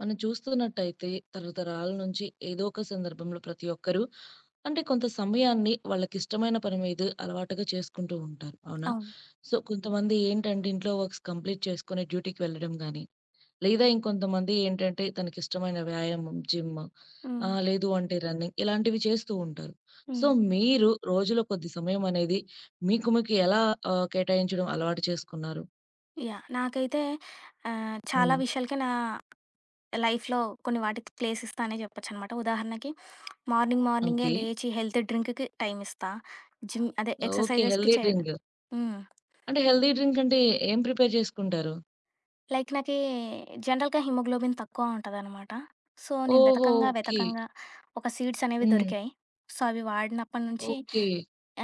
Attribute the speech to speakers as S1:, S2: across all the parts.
S1: మనం చూస్తున్నట్టయితే తరతరాల నుంచి ఏదో ఒక సందర్భంలో ప్రతి ఒక్కరు అంటే కొంత సమయాన్ని వాళ్ళకిష్టమైన పని మీద అలవాటుగా చేసుకుంటూ ఉంటారు. అవునా?
S2: అవును.
S1: సో, కొంతమంది ఏంటంటే ఇంట్లో వర్క్స్ కంప్లీట్ చేసుకొని డ్యూటీకి వెళ్ళడం గానీ, లేదా ఇంకొంతమంది ఏంటంటే తనకిష్టమైన వ్యాయామం, జిమ్,
S2: హ్మ్.
S1: లేదు అంటే రన్నింగ్ ఇలాంటివి చేస్తూ ఉంటారు. సో,
S2: హ్మ్.
S1: మీరు రోజులో కొద్ది సమయం అనేది మీకు మీకు ఎలా కేటాయించడం అలవాటు చేసుకున్నారు?
S2: యాహ్! నాకైతే చాలా
S1: హ్మ్.
S2: విషయాలకి నా లైఫ్‌లో కొన్ని వాటికి ప్లేస్ ఇస్తా అనే చెప్పొచ్చనమాట. ఉదాహరణకి మార్నింగ్ మార్నింగే
S1: ఓకే.
S2: లేచి హెల్తీ డ్రింక్‌కి టైమ్ ఇస్తా. జిమ్ అదే ఓకే.
S1: ఓకే,
S2: ఎక్సర్‌సైజెస్‌కి
S1: హెల్తీ
S2: చేయడం.
S1: డ్రింక్.
S2: హ్మ్.
S1: అంటే హెల్తీ డ్రింక్ అంటే ఏం ప్రిపేర్ చేసుకుంటారు?
S2: లైక్ నాకీ జనరల్‌గా హిమోగ్లోబిన్ తక్కువ ఉంటదనమాట. సో, నేను
S1: ఓహో!
S2: వెతకంగా,
S1: ఓకే.
S2: వెతకంగా ఒక సీడ్స్ అనేవి
S1: హ్మ్.
S2: దొరికాయి. సో, అవి వాడినప్పటి నుంచి
S1: ఓకే.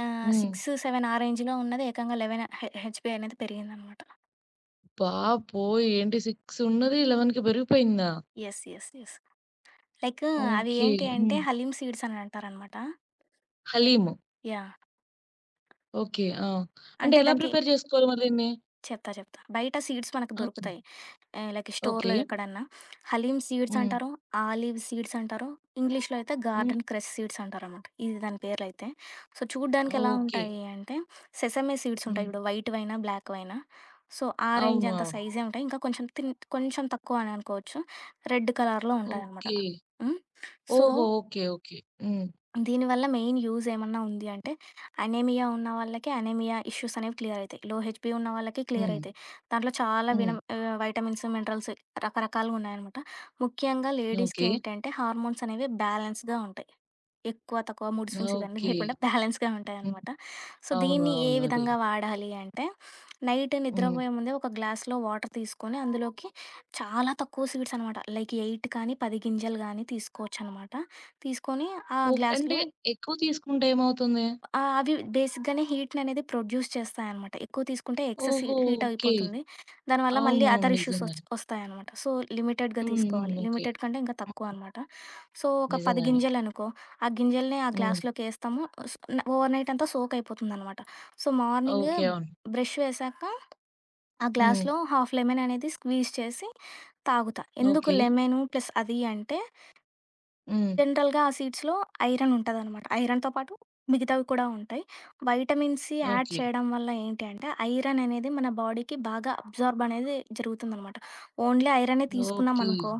S1: హ్మ్.
S2: 6, 7 ఆ రేంజ్‌లో ఉన్నది ఏకంగా 11 హెచ్‌పీ అనేది పెరిగిందనమాట.
S1: బాబోయ్! ఏంటి 6 ఉన్నది 11కి పెరిగిపోయిందా?
S2: యెస్. యెస్. యెస్. లైక్ అవి
S1: ఓకే.
S2: ఏంటి అంటే
S1: హ్మ్.
S2: హలీమ్ సీడ్స్ అని అంటారనమాట.
S1: హలీము.
S2: యాహ్!
S1: ఓకే. ఆ! అంటే
S2: అంటే
S1: ఎలా
S2: దానికి
S1: ప్రిపేర్ చేసుకోవాలి మరి దీన్ని?
S2: చెప్తా చెప్తా. బయట సీడ్స్ మనకు
S1: ఓకే.
S2: దొరుకుతాయి. Like
S1: okay.
S2: స్టోర్‌లో ఎక్కడన్నా. హలీమ్ సీడ్స్
S1: హ్మ్.
S2: అంటారు, ఆలివ్ సీడ్స్ అంటారు. ఇంగ్లీష్‌లో అయితే
S1: హ్మ్.
S2: గార్డెన్ క్రష్ సీడ్స్ అంటారనమాట. ఇది దాని పేర్లయితే. సో, చూడ్డానికి ఎలా
S1: ఓకే.
S2: ఉంటాయి అంటే సెసమే సీడ్స్
S1: హ్మ్.
S2: ఉంటాయి చూడు, వైట్‌వైనా, బ్లాక్‌వైనా. సో, ఆరెంజ్
S1: అవును,
S2: అంత
S1: అవును.
S2: సైజే ఉంటాయి. ఇంకా కొంచెం కొంచెం తక్కువ అని అనుకోవచ్చు. రెడ్ కలర్‌లో ఉంటాయనమాట.
S1: ఓకే.
S2: హ్మ్. సో,
S1: ఓహో! ఓకే. ఓకే. హ్మ్.
S2: దీనివల్ల మెయిన్ యూజ్ ఏమన్నా ఉంది అంటే, అనీమియా ఉన్న వాళ్ళకి అనీమియా ఇష్యూస్ అనేవి క్లియర్ అయితాయి. లో హెచ్‌బీ ఉన్న వాళ్ళకి క్లియర్
S1: హ్మ్.
S2: అయితాయి. దాంట్లో చాలా
S1: హ్మ్.
S2: వైటమిన్స్, మినరల్స్ రకరకాలుగా ఉన్నాయనమాట. ముఖ్యంగా లేడీస్‌కి
S1: ఓకే.
S2: ఏంటంటే హార్మోన్స్ అనేవి బ్యాలెన్స్‌గా ఉంటాయి. ఎక్కువ, తక్కువ మూడ్ స్వింగ్స్ ఇవన్నీ
S1: ఓకే.
S2: లేకుండా బ్యాలెన్స్‌గా
S1: హ్మ్.
S2: ఉంటాయనమాట. సో,
S1: అవును,
S2: దీన్ని ఏ
S1: అవును, అదే.
S2: విధంగా వాడాలి అంటే, నైట్
S1: హ్మ్.
S2: నిద్రపోయే ముందే ఒక గ్లాస్‌లో వాటర్ తీసుకొని అందులోకి చాలా తక్కువ సీడ్స్ అనమాట. లైక్ 8 కానీ, 10 గింజలు గానీ తీసుకోవచ్చనమాట. తీసుకొని ఆ
S1: ఓకే. అంటే
S2: గ్లాస్‌లో.
S1: ఎక్కువ తీసుకుంటే ఏమవుతుంది?
S2: ఆ! అవి బేసిక్‌గానే హీట్‌ననేది ప్రొడ్యూస్ చేస్తాయనమాట. ఎక్కువ తీసుకుంటే ఎక్సెస్
S1: ఓహో!
S2: Heat
S1: okay.
S2: అయిపోతుంది. దానివల్ల
S1: అవును,
S2: మళ్ళీ
S1: అవును,
S2: అదర్ ఇష్యూస్
S1: నిజంగానే.
S2: ఒస్తాయనమాట. సో, లిమిటెడ్‌గా
S1: హ్మ్. హ్మ్.
S2: తీసుకోవాలి.
S1: ఓకే.
S2: లిమిటెడ్ కంటే ఇంకా తక్కువ అనమాట. సో, ఒక 10
S1: నిజంగానే.
S2: గింజలనుకో, ఆ గింజల్ని ఆ
S1: హ్మ్.
S2: గ్లాస్‌లోకేస్తాము. స్ న ఓవర్ నైట్ అంతా సోక్ అయిపోతుందనమాట. So, morning
S1: okay. అవును.
S2: బ్రష్ వేశాక ఆ
S1: హ్మ్.
S2: గ్లాస్‌లో హాఫ్ లెమన్ అనేది స్క్వీజ్ చేసి తాగుతా. ఎందుకు
S1: ఓకే.
S2: లెమను ప్లస్ అది అంటే,
S1: హ్మ్.
S2: జనరల్‌గా ఆ సీడ్స్‌లో ఐరన్ ఉంటదనమాట. ఐరన్‌తో పాటు మిగతావి కూడా ఉంటాయి. Vitamin C add
S1: okay.
S2: చేయడం వల్ల ఏంటి అంటే, ఐరన్ అనేది మన బాడీకి బాగా అబ్జార్బ్ అనేది జరుగుతుందనమాట. ఓన్లీ ఐరనే తీసుకున్నాం
S1: ఓకే.
S2: అనుకో,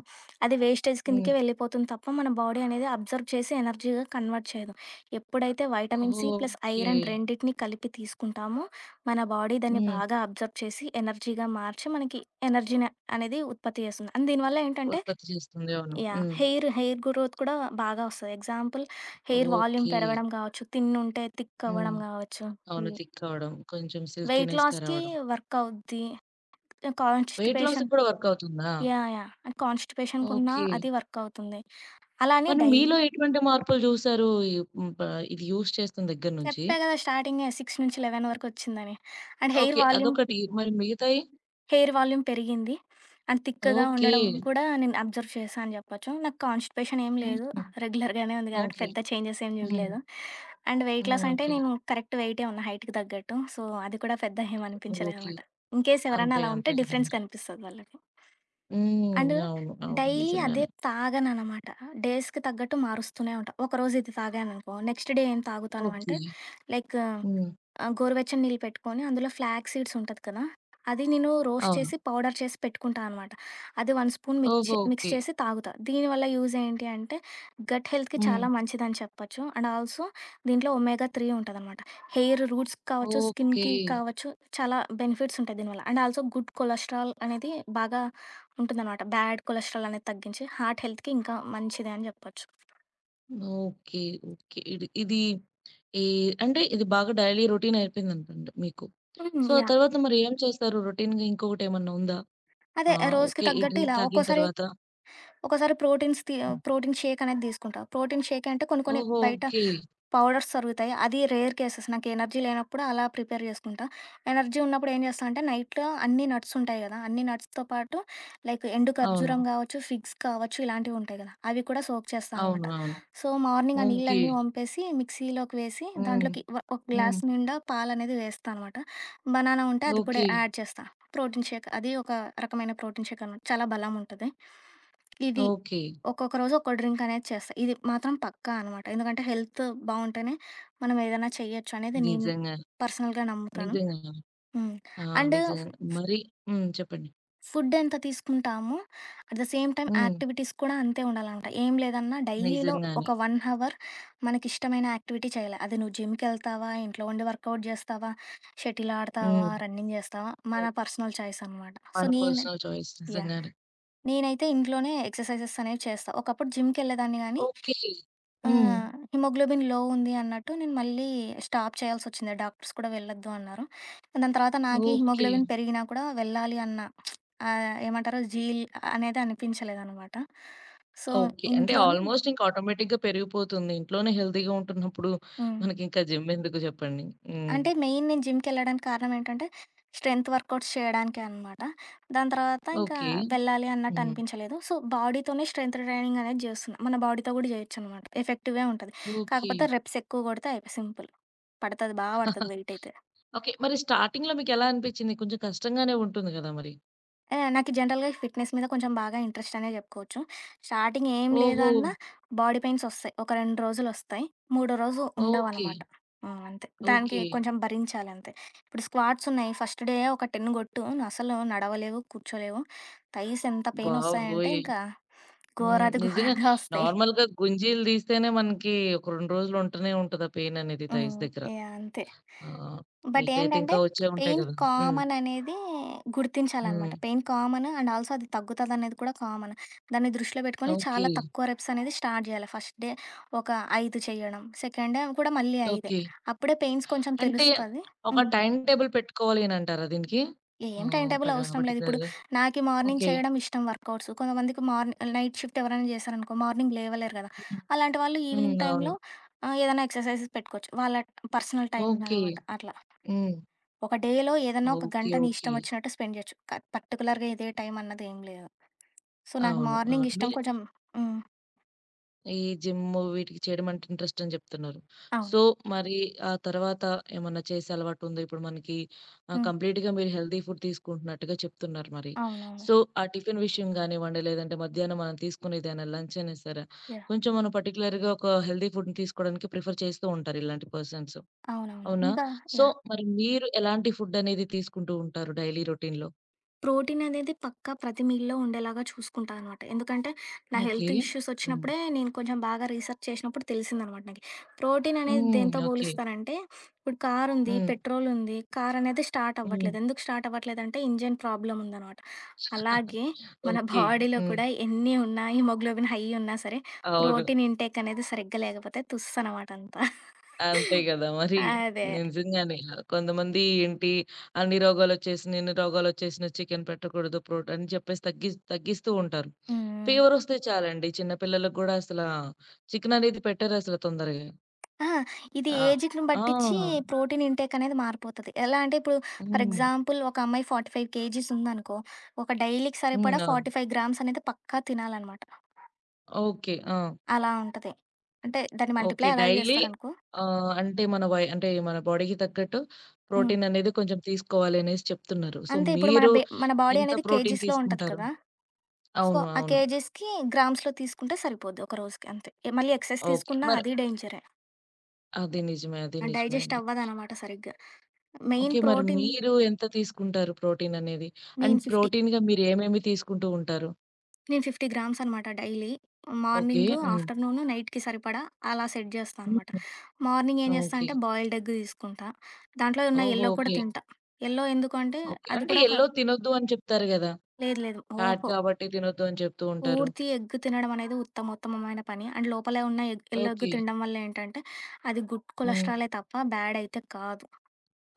S2: అది వేస్టేజ్
S1: హ్మ్.
S2: కిందకే వెళ్ళిపోతుంది తప్ప, మన బాడీ అనేది అబ్జర్వ్ చేసి ఎనర్జీగా కన్వర్ట్ చేయదు. ఎప్పుడైతే వైటమిన్
S1: ఓహో!
S2: C plus
S1: okay.
S2: ఐరన్ రెండిటిని కలిపి తీసుకుంటామో, మన బాడీ దాన్ని
S1: హ్మ్.
S2: బాగా అబ్జర్వ్ చేసి, ఎనర్జీగా మార్చి మనకి ఎనర్జీని అనేది ఉత్పత్తి చేస్తుంది. అండ్ దీనివల్ల ఏంటంటే,
S1: ఉత్పత్తి చేస్తుంది. అవును.
S2: యాహ్!
S1: హ్మ్.
S2: హెయిర్ గ్రోత్ కూడా బాగా వస్తది. Example, hair volume
S1: okay.
S2: పెరగడం కావచ్చు, థిన్ ఉంటే థిక్
S1: హ్మ్.
S2: అవ్వడం కావచ్చు.
S1: అవును,
S2: హ్మ్.
S1: థిక్ అవ్వడం. కొంచెం
S2: వెయిట్
S1: సిల్కీనెస్‌గా
S2: లాస్‌కి
S1: రావడం.
S2: వర్క్ అవుద్ది. హ్మ్.
S1: వెయిట్ లాస్‌కి
S2: కాన్‌స్టిపేషన్.
S1: కూడా వర్క్ అవుతుందా?
S2: యాహ్! యాహ్! కాన్‌స్టిపేషన్‌కున్న
S1: ఓకే.
S2: అది వర్క్ అవుతుంది. అలా అని
S1: మరి మీలో ఎటువంటి మార్పులు చూసారు ఈ ఇది యూజ్ చేస్తున్న దగ్గర నుంచి?
S2: చెప్పా కదా! స్టార్టింగే 6-11 వరకు వచ్చిందని. And hair
S1: okay.
S2: వాల్యూమ్
S1: అదొకటి. మరి మిగతాయి?
S2: హెయిర్ వాల్యూమ్ పెరిగింది. అండ్ థిక్‌గా
S1: ఓకే.
S2: ఉండడం కూడా నేను అబ్జర్వ్ చేశా అని చెప్పొచ్చు. నాకు కాన్‌స్టిపేషన్ ఏం లేదు.
S1: హుహు.
S2: రెగ్యులర్‌గానే ఉంది కాబట్టి
S1: ఓకే.
S2: పెద్ద చేంజెస్ ఏం
S1: హ్మ్.
S2: చూడలేదు. And weight
S1: hmm.
S2: లాస్ అంటే
S1: ఓకే.
S2: నేను కరెక్ట్ వెయిటే ఉన్నా హైట్‌కి తగ్గట్టు. సో, అది కూడా పెద్ద ఏం
S1: ఓకే.
S2: అనిపించలేదనమాట. ఇన్‌కేస్ ఎవరైనా
S1: అంతే.
S2: అలా
S1: అంతే
S2: ఉంటే డిఫరెన్స్
S1: కదండీ.
S2: కనిపిస్తది వాళ్ళకి. అండ్
S1: హ్మ్. అవును, అవును,
S2: డైలీ అదే
S1: నిజంగానే.
S2: తాగననమాట. డేస్‌కి తగ్గట్టు మారుస్తూనే ఉంటా. ఒకరోజు ఇది తాగాననుకో నెక్స్ట్ డే ఏం తాగుతాను
S1: ఓకే.
S2: అంటే, లైక్,
S1: హ్మ్.
S2: ఆ! గోరువెచ్చని నీళ్ళు పెట్టుకొని, అందులో ఫ్లాగ్ సీడ్స్ ఉంటది కదా! అది నేను రోస్ట్
S1: అవును.
S2: చేసి, పౌడర్ చేసి పెట్టుకుంటా అనమాట. అది 1 స్పూన్
S1: ఓహో!
S2: Mix
S1: okay.
S2: చేసి తాగుతా. దీనివల్ల యూజ్ ఏంటి అంటే, గట్ హెల్త్‌కి
S1: హ్మ్.
S2: చాలా మంచిదని చెప్పొచ్చు. అండ్ ఆల్సో దీంట్లో ఒమేగా 3 ఉంటదనమాట. హెయిర్ రూట్స్‌కి కావచ్చు,
S1: ఓకే.
S2: స్కిన్‌కి కావచ్చు, చాలా బెనిఫిట్స్ ఉంటాయి దీనివల్ల. అండ్ ఆల్సో గుడ్ కొలెస్ట్రాల్ అనేది బాగా ఉంటుందనమాట. బ్యాడ్ కొలెస్ట్రాల్ అనేది తగ్గించి, హార్ట్ హెల్త్‌కి ఇంకా మంచిది అని చెప్పొచ్చు.
S1: ఓకే. ఓకే. ఇది ఇది ఈ అంటే ఇది బాగా డైలీ రొటీన్ అయిపోయిందనుకోండి మీకు.
S2: హ్మ్.
S1: సో, ఆ
S2: యాహ్!
S1: తర్వాత మరి ఏం చేస్తారు? రొటీన్‌గా ఇంకొకటేమన్నా ఉందా?
S2: అదే
S1: ఆ!
S2: రోజుకి
S1: ఓకే. ఈ
S2: తగ్గట్టు
S1: డ్రింక్
S2: ఇలా
S1: తాగిన
S2: ఒక్కోసారి
S1: తర్వాత.
S2: ఒకసారి
S1: హ్మ్.
S2: ప్రోటీన్ షేక్ అనేది తీసుకుంటా. ప్రోటీన్ షేక్ అంటే కొన్ని కొన్ని
S1: ఓహో!
S2: బయట
S1: ఓకే.
S2: పౌడర్స్ దొరుకుతాయి. అది రేర్ కేసెస్. నాకు ఎనర్జీ లేనప్పుడు అలా ప్రిపేర్ చేసుకుంటా. ఎనర్జీ ఉన్నప్పుడు ఏం చేస్తా అంటే నైట్‌లో అన్ని నట్స్ ఉంటాయి కదా! అన్ని నట్స్‌తో పాటు లైక్ ఎండు
S1: అవును.
S2: ఖర్జూరం కావచ్చు, ఫిగ్స్ కావచ్చు ఇలాంటివి ఉంటాయి కదా! అవి కూడా సోక్ చేస్తా
S1: అవును,
S2: అనమాట.
S1: అవును.
S2: సో, మార్నింగ్ ఆ
S1: ఓకే.
S2: నీళ్ళన్నీ వంపేసి మిక్సీలోకి వేసి
S1: హ్మ్.
S2: దాంట్లోకి ఒక
S1: హ్మ్.
S2: గ్లాస్ నిండా పాలనేది వేస్తా అనమాట. బనానా ఉంటే అది కూడా
S1: ఓకే.
S2: యాడ్ చేస్తా. ప్రోటీన్ షేక్ అది ఒక రకమైన ప్రోటీన్ షేక్ అనమాట. చాలా బలం ఉంటది ఇది.
S1: ఓకే.
S2: ఒక్కొక్క రోజు ఒక్కో డ్రింక్ అనేది చేస్తా. ఇది మాత్రం పక్కా అనమాట. ఎందుకంటే హెల్త్ బావుంటేనే మనం ఏదైనా చేయొచ్చు అనేది నేను
S1: నిజంగానే.
S2: పర్సనల్‌గా నమ్ముతాను.
S1: నిజంగా.
S2: హ్మ్.
S1: ఆ!
S2: అండ్
S1: నిజంగానే. మరి హ్మ్. చెప్పండి.
S2: ఫుడ్ ఎంత తీసుకుంటామో at the same time
S1: hmm.
S2: Activities కూడా అంతే ఉండాలనమాట. ఏం లేదన్నా డైలీలో
S1: నిజంగానే.
S2: ఒక 1 అవర్ మనకిష్టమైన యాక్టివిటీ చేయాలి. అది నువ్వు జిమ్‌కెళ్తావా, ఇంట్లో ఉండి వర్కౌట్ జేస్తావా, షటిల్ ఆడతావా,
S1: హ్మ్.
S2: రన్నింగ్ జేస్తావా, మన
S1: హ్మ్.
S2: పర్సనల్ చాయిస్ అనమాట. సో,
S1: మన
S2: నేను,
S1: పర్సనల్ చాయిస్
S2: యాహ్!
S1: నిజంగానే.
S2: నేనైతే ఇంట్లోనే ఎక్సర్‌సైజెస్ అనేవి చేస్తా. ఒకప్పుడు జిమ్‌కెళ్ళేదాన్ని గానీ
S1: ఓకే.
S2: ఆ!
S1: హ్మ్.
S2: హ్మ్. హిమోగ్లోబిన్ లో ఉంది అన్నట్టు నేను మళ్ళీ స్టాప్ చేయాల్సొచ్చింది. డాక్టర్స్ కూడా వెళ్ళొద్దు అన్నారు. దాని తర్వాత నాకీ
S1: ఓకే.
S2: హిమోగ్లోబిన్ పెరిగినా కూడా వెళ్ళాలి అన్న ఏమంటారు? జీల్ అనేది అనిపించలేదనమాట. So, okay.
S1: ఓకే. అంటే
S2: ఇంట్లోనే.
S1: ఆల్‌మోస్ట్ ఇంక ఆటోమేటిక్‌గా పెరిగిపోతుంది. ఇంట్లోనే హెల్తీగా ఉంటున్నప్పుడు
S2: హ్మ్.
S1: మనకింకా జిమ్ ఎందుకు చెప్పండి. హ్మ్.
S2: అంటే మెయిన్ నేను జిమ్‌కెళ్ళడానికి కారణం ఏంటంటే, స్ట్రెంత్ వర్కౌట్స్ చేయడానికే అనమాట. దాని తర్వాత ఇంకా
S1: ఓకే.
S2: వెళ్ళాలి అన్నట్టు
S1: హ్మ్.
S2: అనిపించలేదు. సో, బాడీతోనే స్ట్రెంత్ ట్రైనింగ్ అనేది చేస్తున్నా. మన బాడీతో కూడా చేయొచ్చనమాట. ఎఫెక్టివే ఉంటది.
S1: ఓకే.
S2: కాకపోతే రెప్స్ ఎక్కువ కొడితే అయిపాయ్ సింపుల్. పడతది వెయిటయితే.
S1: ఓకే. మరి స్టార్టింగ్‌లో మీకెలా అనిపిచ్చింది? కొంచెం కష్టంగానే ఉంటుంది గదా మరి.
S2: ఆ! నాకు జనరల్‌గా ఫిట్‌నెస్ మీద కొంచెం బాగా ఇంట్రెస్ట్ అనే జెప్పుకోవచ్చు. స్టార్టింగ్ ఏం
S1: ఓహో!
S2: లేదన్నా బాడీ పెయిన్స్ ఒస్తాయి. ఒక 2 రోజులొస్తాయి. మూడో రోజు
S1: ఓకే.
S2: ఉండవనమాట. హ్మ్. అంతే. దానికి
S1: ఓకే.
S2: కొంచెం భరించాలంతే. ఇప్పుడు స్క్వాట్స్ ఉన్నాయి. ఫస్ట్ డే ఒక 10 గొట్టు. అసలు నడవలేవు, కూర్చోలేవు. థైస్ ఎంత పెయినొస్తాయంటే
S1: బాబోయ్!
S2: ఇంకా
S1: హ్మ్.
S2: ఘోరాతి
S1: నిజంగా.
S2: ఘోరంగా ఒస్తాయి.
S1: నార్మల్‌గా గుంజీలు తీస్తేనే మనకి ఒక 2 రోజులు ఉంటూనే ఉంటది ఆ పెయిన్ అనేది థైస్
S2: హ్మ్.
S1: దగ్గర.
S2: యాహ్! అంతే.
S1: ఆ!
S2: బట్
S1: మీకైతే
S2: ఏంటంటే,
S1: ఇంకా వచ్చే ఉంటాయి
S2: పెయిన్
S1: కదా! హ్మ్.
S2: కామన్ అనేది
S1: హ్మ్.
S2: గుర్తించాలనమాట. పెయిన్ కామన్, అండ్ ఆల్సో అది తగ్గుతదనేది కూడా కామన్. దాన్ని దృష్టిలో పెట్టుకొని
S1: ఓకే.
S2: చాలా తక్కువ రెప్స్ అనేది స్టార్ట్ జేయాలి. ఫస్ట్ డే ఒక 5 చేయడం. సెకండ్ డే కూడా మళ్ళీ 5.
S1: ఓకే.
S2: అప్పుడే పెయిన్స్ కొంచెం
S1: అంటే
S2: తెలుస్తది.
S1: ఒక
S2: హ్మ్.
S1: టైమ్ టేబుల్ పెట్టుకోవాలి అని అంటారా దీనికి?
S2: ఏం టైమ్ టేబుల్ అవసరం లేదు. ఇప్పుడు
S1: పర్టిక్యులర్‌గా.
S2: నాకి మార్నింగ్
S1: ఓకే.
S2: చేయడం ఇష్టం వర్కౌట్స్. కొంతమందికి నైట్ షిఫ్ట్ ఎవరైనా జేశారనుకో మార్నింగ్ లేవలేరు గదా!
S1: హ్మ్.
S2: అలాంటి వాళ్ళు
S1: హ్మ్.
S2: ఈవినింగ్
S1: అవును.
S2: టైమ్‌లో ఏదైనా ఎక్సర్‌సైజెస్ పెట్టుకోవచ్చు. వాళ్ళ పర్సనల్ టైమింగ్
S1: ఓకే.
S2: అనమాట. అట్లా.
S1: హ్మ్.
S2: ఒక డేలో ఏదన్నా ఒక
S1: ఓకే.
S2: గంట నీ
S1: ఓకే.
S2: ఇష్టం వచ్చినట్టు స్పెండ్ చేయొచ్చు. పర్టిక్యులర్‌గా ఇదే టైం అన్నది ఏం లేదు. సో, నాకు
S1: అవును, అవును.
S2: మార్నింగ్
S1: మీ
S2: ఇష్టం కొంచెం. హ్మ్.
S1: ఈ జిమ్ము వీటికి చేయడం అంటే ఇంట్రెస్ట్ అని చెప్తున్నారు.
S2: అవును.
S1: సో, మరి ఆ తర్వాత ఏమన్నా చేసే అలవాటుందా? ఇప్పుడు మనకి
S2: హ్మ్.
S1: కంప్లీట్‌గా మీరు హెల్తీ ఫుడ్ తీసుకుంటున్నట్టుగా చెప్తున్నారు మరి.
S2: అవునవును.
S1: సో, ఆ టిఫిన్ విషయం గానివ్వండి, లేదంటే మధ్యాహ్నం మనం తీసుకునేదైనా లంచ్ అయినా సరే,
S2: యాహ్!
S1: కొంచెం మనం పర్టిక్యులర్‌గా ఒక హెల్తీ ఫుడ్‌ని తీసుకోవడానికి ప్రిఫర్ చేస్తూ ఉంటారు ఇలాంటి పర్సన్స్.
S2: అవునవును.
S1: అవునా?
S2: ఇంకా.
S1: So,
S2: yeah!
S1: మరి మీరు ఎలాంటి ఫుడ్ అనేది తీసుకుంటూ ఉంటారు డైలీ రొటీన్‌లో?
S2: ప్రోటీన్ అనేది పక్కా ప్రతి మీల్‌లో ఉండేలాగా చూసుకుంటా అనమాట. ఎందుకంటే, నా
S1: ఓకే.
S2: హెల్త్ ఇష్యూస్
S1: హ్మ్.
S2: వచ్చినప్పుడే నేను కొంచెం బాగా రీసెర్చ్ చేసినప్పుడు తెలిసిందనమాట నాకు. ప్రోటీన్ అనేది
S1: హ్మ్.
S2: దేనితో
S1: ఓకే.
S2: పోలుస్తానంటే, ఇప్పుడు కారుంది,
S1: హ్మ్.
S2: పెట్రోలుంది. కారనేది స్టార్ట్
S1: హ్మ్.
S2: అవ్వట్లేదు. ఎందుకు స్టార్ట్ అవ్వట్లేదంటే, ఇంజిన్ ప్రాబ్లమ్ ఉందనమాట. అలాగే మన
S1: ఓకే.
S2: బాడీలో
S1: హ్మ్.
S2: కూడా ఎన్ని ఉన్నా, హిమోగ్లోబిన్ హై ఉన్నా సరే,
S1: అవును.
S2: ప్రోటీన్ ఇంటేక్ అనేది సరిగ్గా లేకపోతే తుస్సనమాట అంతా.
S1: అంతే గదా మరి.
S2: అదే.
S1: నిజంగానే. కొంతమంది ఏంటి అన్ని రోగాలొచ్చేసినియి, ఇన్ని రోగాలొచ్చేసినియి చికెను పెట్టకూడదు, ప్రోటీన్ అని చెప్పేసి తగ్గిస్తూ ఉంటారు.
S2: హ్మ్.
S1: ఫీవరొస్తే చాలండి చిన్న పిల్లలకి గూడా అసలా చికెననేది పెట్టరసల తొందరగా.
S2: ఆ! ఇది
S1: ఆహ్,
S2: ఏజ్‌ని
S1: ఆ!
S2: బట్టిచ్చి ప్రోటీన్ ఇంటేక్ అనేది మారిపోతది. ఎలా అంటే ఇప్పుడు ఫర్
S1: హ్మ్.
S2: ఎగ్జాంపుల్ ఒక అమ్మాయి 45 కేజీస్ ఉందనుకో, ఒక డైలీకి
S1: హ్మ్.
S2: సరిపడా
S1: అవును.
S2: 45 గ్రామ్స్ అనేది పక్కా తినాలనమాట.
S1: ఓకే. ఆ!
S2: అలా ఉంటది. అంటే దాన్ని
S1: ఓకే.
S2: మల్టిప్లై అలా
S1: డైలీ
S2: చేస్తారనుకో.
S1: అంటే మన అంటే మన బాడీకి తగ్గట్టు
S2: హ్మ్.
S1: ప్రోటీననేది కొంచెం తీసుకోవాలి అనేసి చెప్తున్నారు. సో,
S2: అంతే. ఇప్పుడు
S1: మీరు
S2: మన బాడీ
S1: ఎంత
S2: అనేది
S1: ప్రోటీన్
S2: కేజీస్‌లో ఉంటది
S1: తీసుకుంటారు?
S2: కదా! సో,
S1: అవును,
S2: ఆ
S1: అవును.
S2: కేజీస్‌కి గ్రామ్స్‌లో తీసుకుంటే సరిపోద్ది ఒక రోజుకి అంతే. ఏ మళ్ళీ ఎక్సెస్
S1: ఓకే.
S2: తీసుకున్నా
S1: మరి
S2: అది డేంజరే.
S1: అది నిజమే. అది నిజమే
S2: డైజెస్ట్
S1: అండి.
S2: అవ్వదనమాట సరిగ్గా.
S1: ఓకే.
S2: మెయిన్
S1: మరి
S2: ప్రోటీన్.
S1: మీరు ఎంత తీసుకుంటారు ప్రోటీన్ అనేది? అండ్
S2: నేను 50.
S1: ప్రోటీన్‌గా మీరేమేమి తీసుకుంటూ ఉంటారు?
S2: నేను 50 గ్రామ్స్ అనమాట daily.
S1: Okay.
S2: Morning,
S1: hmm.
S2: Afternoon, నైట్‌కి సరిపడా అలా సెట్ జేస్తా అనమాట.
S1: హ్మ్.
S2: మార్నింగ్ ఏం జేస్తా
S1: ఓకే.
S2: అంటే బాయిల్డ్ ఎగ్ తీసుకుంటా. దాంట్లో ఉన్న
S1: ఓహో!
S2: యెల్లో కూడా
S1: ఓకే.
S2: తింటా. యెల్లో ఎందుకు అంటే
S1: ఓకే,
S2: అది
S1: అంటే
S2: కూడా ఒక
S1: యెల్లో
S2: తినరా?
S1: తినొద్దు అని చెప్తారు గదా!
S2: లేదు లేదు.
S1: ఫ్యాట్
S2: ఓహో!
S1: కాబట్టి తినొద్దు అని చెప్తూ ఉంటారు.
S2: పూర్తి ఎగ్ తినడం అనేది ఉత్తమోత్తమమైన పని. అండ్ లోపలే ఉన్న ఎగ్ యెల్లో ఎగ్
S1: ఓకే.
S2: తినడం వల్ల ఏంటంటే అది గుడ్
S1: హ్మ్.
S2: కొలెస్ట్రాలే తప్ప బ్యాడ్ అయితే కాదు.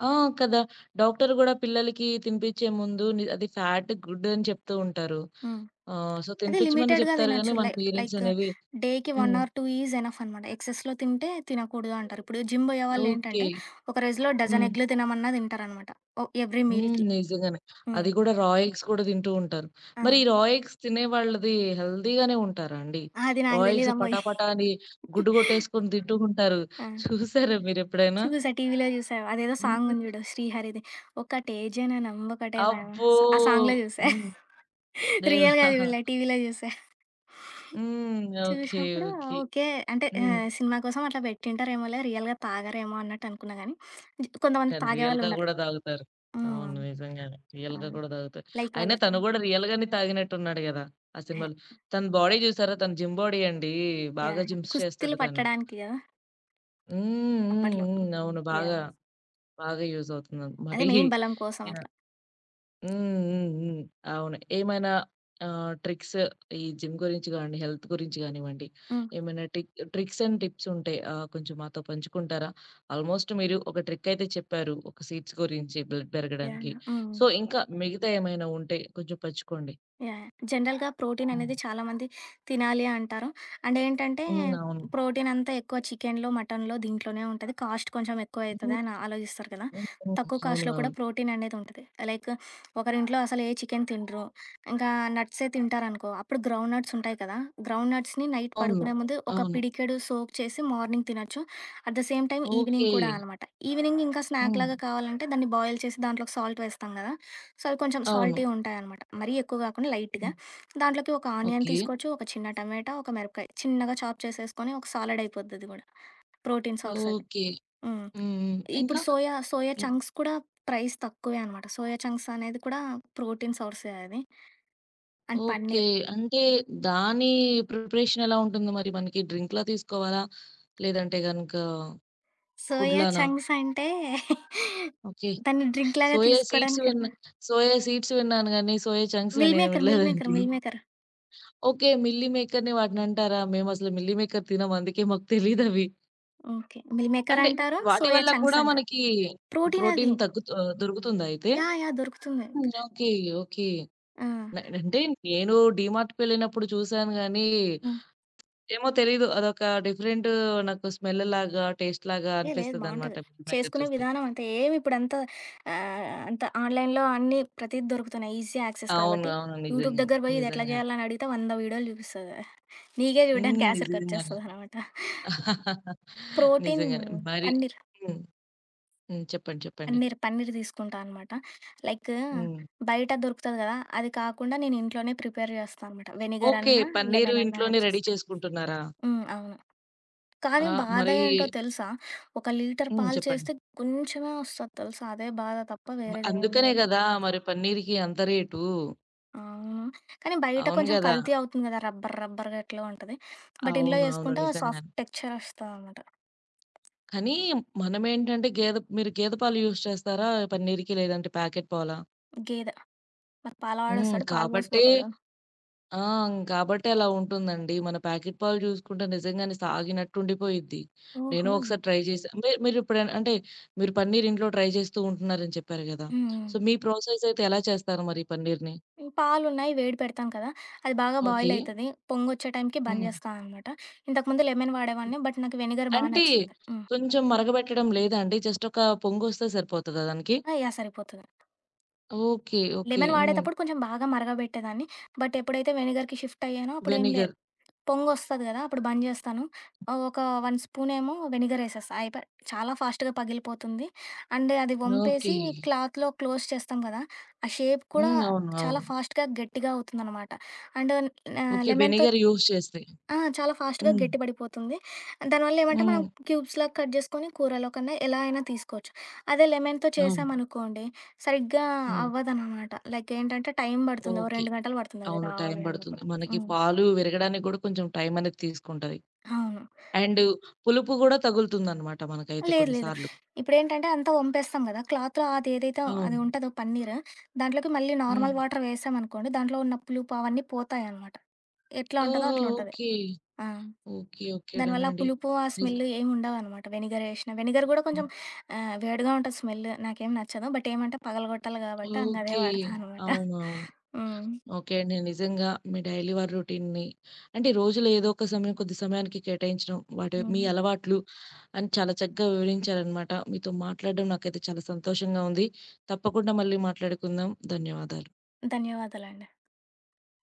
S1: ఆ! కదా! డాక్టర్ గూడా పిల్లలకి తినిపించే ముందు ని అది ఫ్యాట్ గుడ్ అని చెప్తూ ఉంటారు.
S2: హ్మ్.
S1: సో,
S2: అదే
S1: తినిపించమని
S2: లిమిటెడ్‌గా
S1: చెప్తారు గానీ
S2: తినొచ్చు.
S1: మన పేరెంట్స్
S2: లైక్
S1: అనేవి.
S2: డేకి 1
S1: హ్మ్.
S2: ఆర్ 2 ఈజ్ ఎనఫ్ అనమాట. ఎక్సెస్‌లో తింటే తినకూడదు అంటారు. ఇప్పుడు జిమ్
S1: ఓకే.
S2: బోయేవాళ్ళేంటంటే ఒక రోజులో డజన్
S1: హ్మ్.
S2: ఎగ్‌లు తినమన్నా తింటారనమాట. ఎవ్రీ
S1: హ్మ్.
S2: మీల్‌కి.
S1: నిజంగానే.
S2: హ్మ్.
S1: అది కూడా రా ఎగ్స్ కూడా తింటూ ఉంటారు.
S2: ఆ!
S1: మరి ఈ రా ఎగ్స్ తినే వాళ్ళది హెల్తీగానే ఉంటారా అండి?
S2: అది
S1: రా
S2: నాకు
S1: ఎగ్స్
S2: తెలీదమ్మోయ్.
S1: పటాపటా అని గుడ్డు కొట్టేసుకొని తింటూ ఉంటారు.
S2: ఆ!
S1: చూసారా మీరెప్పుడైనా?
S2: చూసా. టీవీలో చూసా. అదేదో సాంగ్
S1: హ్మ్.
S2: ఉంది చూడు 'శ్రీహరి'ది. 'ఒకటే జననం ఒకటే మాయ'
S1: అబ్బో!
S2: ఆ సాంగ్‌లో చూసా.
S1: హ్మ్.
S2: రియల్‌గా
S1: దేవుడా!
S2: చూడలే, టీవీలో చూసా.
S1: హ్మ్. ఓకే.
S2: చూసినప్పుడు,
S1: ఓకే.
S2: ఓకే. అంటే
S1: హ్మ్.
S2: సినిమా కోసం అట్లా పెట్టింటారేమోలే, రియల్‌గా తాగరేమో అన్నట్టు అనుకున్నా గానీ, కొంతమంది
S1: కానీ రియల్‌గా
S2: తాగేవాళ్ళున్నారు.
S1: కూడా తాగుతారు.
S2: హ్మ్.
S1: అవును, నిజంగానే.
S2: ఆ!
S1: రియల్‌గా కూడా తాగుతారు.
S2: లైక్
S1: అయినా
S2: వాళ్ళకి.
S1: తను కూడా రియల్‌గానే తాగినట్టున్నాడు గదా ఆ
S2: అహా!
S1: సినిమాలో. తన బాడీ చూసారా? తన జిమ్ బాడీ అండి. బాగా
S2: యాహ్!
S1: జిమ్స్
S2: కుస్తీలు
S1: చేస్తాడు తను.
S2: పట్టడానికి గదా!
S1: హ్మ్. హ్మ్.
S2: అప్పట్లో.
S1: హ్మ్.
S2: హ్మ్.
S1: అవును, బాగా,
S2: యాహ్!
S1: బాగా యూజ్ అవుతుంది.
S2: అదే
S1: మరీ
S2: మెయిన్ బలం కోసం
S1: యాహ్!
S2: అట్లా.
S1: హ్మ్. హ్మ్. హ్మ్. అవును. ఏమైనా ట్రిక్స్ ఈ జిమ్ గురించి గాని, హెల్త్ గురించి గానివ్వండి,
S2: హ్మ్.
S1: ఏమైనా ట్రిక్స్ అండ్ టిప్స్ ఉంటే కొంచెం మాతో పంచుకుంటారా? ఆల్మోస్ట్ మీరు ఒక ట్రిక్ అయితే చెప్పారు. ఒక సీడ్స్ గురించి బ్లడ్
S2: యాహ్!
S1: పెరగడానికి.
S2: హ్మ్.
S1: సో, ఇంకా మిగతా ఏమైనా ఉంటే కొంచెం పంచుకోండి.
S2: యాహ్! జనరల్‌గా ప్రోటీన్
S1: హ్మ్.
S2: అనేది చాలామంది తినాలి అంటారు. అండ్ ఏంటంటే,
S1: హ్మ్. అవును.
S2: ప్రోటీన్ అంతా ఎక్కువ చికెన్‌లో, మటన్‌లో దీంట్లోనే ఉంటది. కాస్ట్ కొంచెం ఎక్కువ అయితది
S1: హ్మ్.
S2: అని ఆలోచిస్తారు కదా!
S1: హ్మ్. హ్మ్.
S2: తక్కువ
S1: అవును,
S2: కాస్ట్‌లో కూడా
S1: అవును.
S2: ప్రోటీన్ అనేది ఉంటది. లైక్ ఒకరింట్లో అసలు ఏ చికెన్ తినరు. ఇంకా నట్సే తింటారనుకో, అప్పుడు గ్రౌండ్ నట్స్ ఉంటాయి కదా! గ్రౌండ్ నట్స్‌ని నైట్
S1: అవును.
S2: పడుకునే ముందు ఒక
S1: అవును.
S2: పిడికెడు సోక్ చేసి మార్నింగ్ తినొచ్చు. At the same time evening
S1: okay.
S2: కూడా అనమాట. ఈవినింగ్ ఇంకా
S1: హ్మ్.
S2: స్నాక్‌లాగా కావాలంటే దాన్ని బాయిల్ చేసి దాంట్లోకి సాల్ట్ వేస్తాం కదా! సో, అవి కొంచెం
S1: అవును.
S2: సాల్టీ ఉంటాయనమాట. మరీ ఎక్కువ కాకుండా లైట్‌గా.
S1: హ్మ్.
S2: దాంట్లోకి ఒక ఆనియన్
S1: ఓకే.
S2: తీసుకోవచ్చు, ఒక చిన్న టమాటా, ఒక మిరపకాయ చిన్నగా చాప్ చేసేసుకొని ఒక సాలడ్ అయిపోద్ది అది కూడా. ప్రోటీన్ సోర్స్ అది.
S1: ఓకే.
S2: హ్మ్.
S1: హ్మ్. హ్మ్. ఇంకా?
S2: ఇప్పుడు సోయా, సోయా
S1: హ్మ్.
S2: చంక్స్ కూడా ప్రైస్ తక్కువే అనమాట. సోయా చంక్స్ అనేది కూడా ప్రోటీన్ సోర్సే అది. And
S1: okay.
S2: పన్నీర్.
S1: అంటే దాని ప్రిపరేషన్ ఎలా ఉంటుంది మరి మనకి? డ్రింక్‌లా తీసుకోవాలా? లేదంటే గనుక
S2: సోయా
S1: ఫుడ్‌లానా?
S2: చంక్స్ అంటే
S1: ఓకే.
S2: దాన్ని డ్రింక్ లాగా
S1: సోయా సీడ్స్
S2: తీసుకోవడానికి
S1: విన్నా సోయా సీడ్స్ విన్నాను గానీ, సోయా చంక్స్
S2: మిల్
S1: నేను
S2: మేకర్, మిల్ మేకర్,
S1: వినలేదండి.
S2: Meal maker.
S1: ఓకే. మిల్లీ మేకర్‌ని వాటినంటారా? మేమసలు మిల్లీ మేకర్ తినము. అందుకే మాకు తెలీదవి.
S2: ఓకే. మిల్ మేకర్
S1: అంటే
S2: అంటారు.
S1: వాటి
S2: సోయా
S1: వల్ల
S2: చంక్స్
S1: కూడా
S2: అంటారు.
S1: మనకి
S2: ప్రోటీన్ అది.
S1: ప్రోటీన్ దొరుకుతుందా అయితే?
S2: యాహ్! యాహ్! దొరుకుతుంది.
S1: హ్మ్. ఓకే. ఓకే.
S2: ఆ!
S1: అంటే నేను డీమార్ట్‌కెళ్ళినప్పుడు చూసాను గానీ
S2: హ్మ్.
S1: ఏమో తెలీదు. అదొక డిఫరెంట్, నాకు స్మెల్ లాగా, టేస్ట్ లాగా
S2: ఏ లేదు,
S1: అనిపిస్తదనమాట
S2: బావుంటది.
S1: మిల్‌మేకర్
S2: చేసుకునే
S1: చూస్తే.
S2: విధానం అంతే. ఏమి ఇప్పుడంతా ఆహ్, అంత ఆన్‌లైన్‌లో అన్నీ ప్రతీది దొరుకుతున్నాయి. ఈజీ యాక్సెస్
S1: అవును,
S2: కాబట్టి
S1: అవును,
S2: యూట్యూబ్
S1: నిజంగానే.
S2: దగ్గర బోయి ఇది ఎట్లా
S1: నిజంగానే.
S2: జేయాలని అడిగితే 100 వీడియోలు జూపిస్తది. నీకే జూడడానికి
S1: హ్మ్. నిజంగానే.
S2: ఆసరికొచ్చేస్తదనమాట. ప్రోటీన్.
S1: నిజంగానే. మరి
S2: పన్నీర్,
S1: హ్మ్. హ్మ్. చెప్పండి, చెప్పండి.
S2: పన్నీర్ తీసుకుంటా అనమాట. లైక్
S1: హ్మ్.
S2: బయట దొరుకుతది గదా! అది కాకుండా నేను ఇంట్లోనే ప్రిపేర్ జేస్తా అనమాట. Vinegar
S1: okay.
S2: అన్నా,
S1: పన్నీరు
S2: లెమన్ అన్నా
S1: ఇంట్లోనే
S2: యాడ్
S1: రెడీ
S2: చేస్తా.
S1: చేసుకుంటున్నారా?
S2: హ్మ్. అవును. కానీ
S1: ఆ!
S2: బాధ
S1: మరి
S2: ఏంటో తెలుసా? ఒక లీటర్
S1: హ్మ్.
S2: పాలు
S1: చెప్పండి.
S2: చేస్తే కొంచెమే వస్తది తెలుసా? అదే బాధ తప్ప
S1: మ
S2: వేరేదేమి
S1: అందుకనే
S2: లేదు.
S1: గదా మరి పన్నీర్‌కి అంత రేటు.
S2: అవును. కానీ బయట
S1: అవును
S2: కొంచెం
S1: గదా!
S2: కల్తీ అవుతుంది కదా! రబ్బర్ రబ్బర్‌గా ఎట్లో ఉంటది. బట్ ఇంట్లో
S1: అవును, అవును,
S2: చేసుకుంటే సాఫ్ట్
S1: నిజంగానే.
S2: టెక్స్చర్ వస్తదనమాట.
S1: కానీ మనమేంటంటే మీరు గేదె పాలు యూజ్ చేస్తారా పన్నీర్‌కి? లేదంటే ప్యాకెట్ పాలా?
S2: గేదె. మరి
S1: హ్మ్.
S2: పాలవాడొస్తాడు. పాలు పోసిపోతాడు.
S1: ఆ! కాబట్టే అలా ఉంటుందండి. మన ప్యాకెట్ పాలు చూసుకుంటే నిజంగానే సాగినట్టు ఉండిపోయిద్ది.
S2: ఓహో!
S1: నేను
S2: హ్మ్.
S1: ఒకసారి ట్రై చేశా. మీరెప్పుడైనా అంటే మీరు పన్నీర్ ఇంట్లో ట్రై చేస్తూ ఉంటున్నారని చెప్పారు గదా!
S2: హ్మ్.
S1: సో, మీ ప్రాసెస్ అయితే ఎలా చేస్తారు మరి పన్నీర్‌ని?
S2: పాలున్నాయి వేడి పెడతాం కదా! అది బాగా బాయిల్
S1: ఓకే.
S2: అయితది. పొంగొచ్చే టైంకి బంద్
S1: హ్మ్.
S2: చేస్తా అనమాట. ఇంతకుముందు లెమన్ వాడేవాడిని. బట్ నాకు వెనిగర్ బా
S1: అంటే
S2: నచ్చింది. హ్మ్.
S1: కొంచెం మరగబెట్టడం లేదా అండి? జస్ట్ ఒక పొంగొస్తే సరిపోతదా దానికి?
S2: ఆ! యాహ్! సరిపోతది.
S1: ఓకే. ఓకే.
S2: లెమన్
S1: హ్మ్.
S2: వాడేటప్పుడు కొంచెం బాగా మరగబెట్టేదాన్ని. బట్ ఎప్పుడైతే వెనిగర్‌కి షిఫ్ట్ అయ్యానో అప్పుడేం లేదు.
S1: వెనిగర్.
S2: పొంగొస్తది గదా! అప్పుడు బంద్ జేస్తాను. ఒక 1 స్పూనేమో వెనిగర్ ఏసేస్తా. అయిపాయ్. చాలా ఫాస్ట్‌గా పగిలిపోతుంది. అండ్ అది
S1: ఓకే.
S2: వంపేసి క్లాత్‌లో క్లోజ్ చేస్తాం గదా! ఆ షేప్ కూడా
S1: హ్మ్. అవును,
S2: చాలా
S1: అవును.
S2: ఫాస్ట్‌గా గట్టిగా అవుతుందనమాట. అండ్
S1: ఓకే,
S2: లెమన్‌తో.
S1: వెనిగర్ యూజ్ చేస్తే.
S2: ఆ! చాలా ఫాస్ట్‌గా
S1: హ్మ్.
S2: గట్టిపడిపోతుంది. దానివల్లేమంటే, మనం
S1: హ్మ్.
S2: క్యూబ్స్‌లాగా కట్ జేసుకొని కూరలో కన్నా ఎలా అయినా తీసుకోవచ్చు. అదే లెమన్‌తో
S1: అవును.
S2: చేశామనుకోండి, సరిగ్గా
S1: హ్మ్.
S2: అవ్వదనమాట. లైక్ ఏంటంటే, టైం పడుతుంది. ఓ
S1: ఓకే.
S2: 2 గంటలు పడుతుంది అది
S1: అవును, టైం
S2: రావాలి అన్నప్పుడు.
S1: పడుతుంది. మనకి
S2: హ్మ్.
S1: పాలు విరగడానికి గూడా కొంచెం టైం అనేది తీసుకుంటది.
S2: అవును.
S1: అండ్ పులుపు గూడా తగులుతుందనమాట మనకైతే
S2: లేదు.
S1: కొన్ని
S2: లేదు.
S1: సార్లు.
S2: ఇప్పుడేంటంటే, అంతా వంపేస్తాం గదా! క్లాత్‌లో అదేదైతే
S1: అవును.
S2: అది ఉంటదో పన్నీర్, దాంట్లోకి మళ్ళీ
S1: హ్మ్.
S2: నార్మల్ వాటర్ వేసామనుకోండి, దాంట్లో ఉన్న పులుపు అవన్నీ పోతాయనమాట. ఎట్లా ఉంటదో
S1: ఓహో!
S2: అట్లుంటది.
S1: ఓకే.
S2: ఆ!
S1: ఓకే. ఓకే.
S2: దానివల్ల ఆ
S1: డనండి.
S2: పులుపు, ఆ
S1: నిజ
S2: స్మెల్ ఏమి ఉండవనమాట వెనిగర్ ఏషినా. వెనిగర్ గూడా కొంచెం
S1: హ్మ్.
S2: వేడిగా ఉంటది స్మెల్. నాకేం నచ్చదు. బట్ ఏమంటే పగలగొట్టాలి గాబట్టి ఇంగ అదే
S1: ఓకే.
S2: వాడతా అనమాట.
S1: అవును, అవును.
S2: హ్మ్.
S1: ఓకే అండి. నిజంగా మీ డైలీ వారి రొటీన్‌ని అంటే రోజులో ఏదో ఒక సమయం కొద్ది సమయానికి కేటాయించడం, వాటి మీ
S2: హ్మ్.
S1: అలవాట్లు అని చాలా చక్కగా వివరించారనమాట. మీతో మాట్లాడడం నాకైతే చాలా సంతోషంగా ఉంది. తప్పకుండా మళ్ళీ మాట్లాడుకుందాం. ధన్యవాదాలు.
S2: ధన్యవాదాలండి.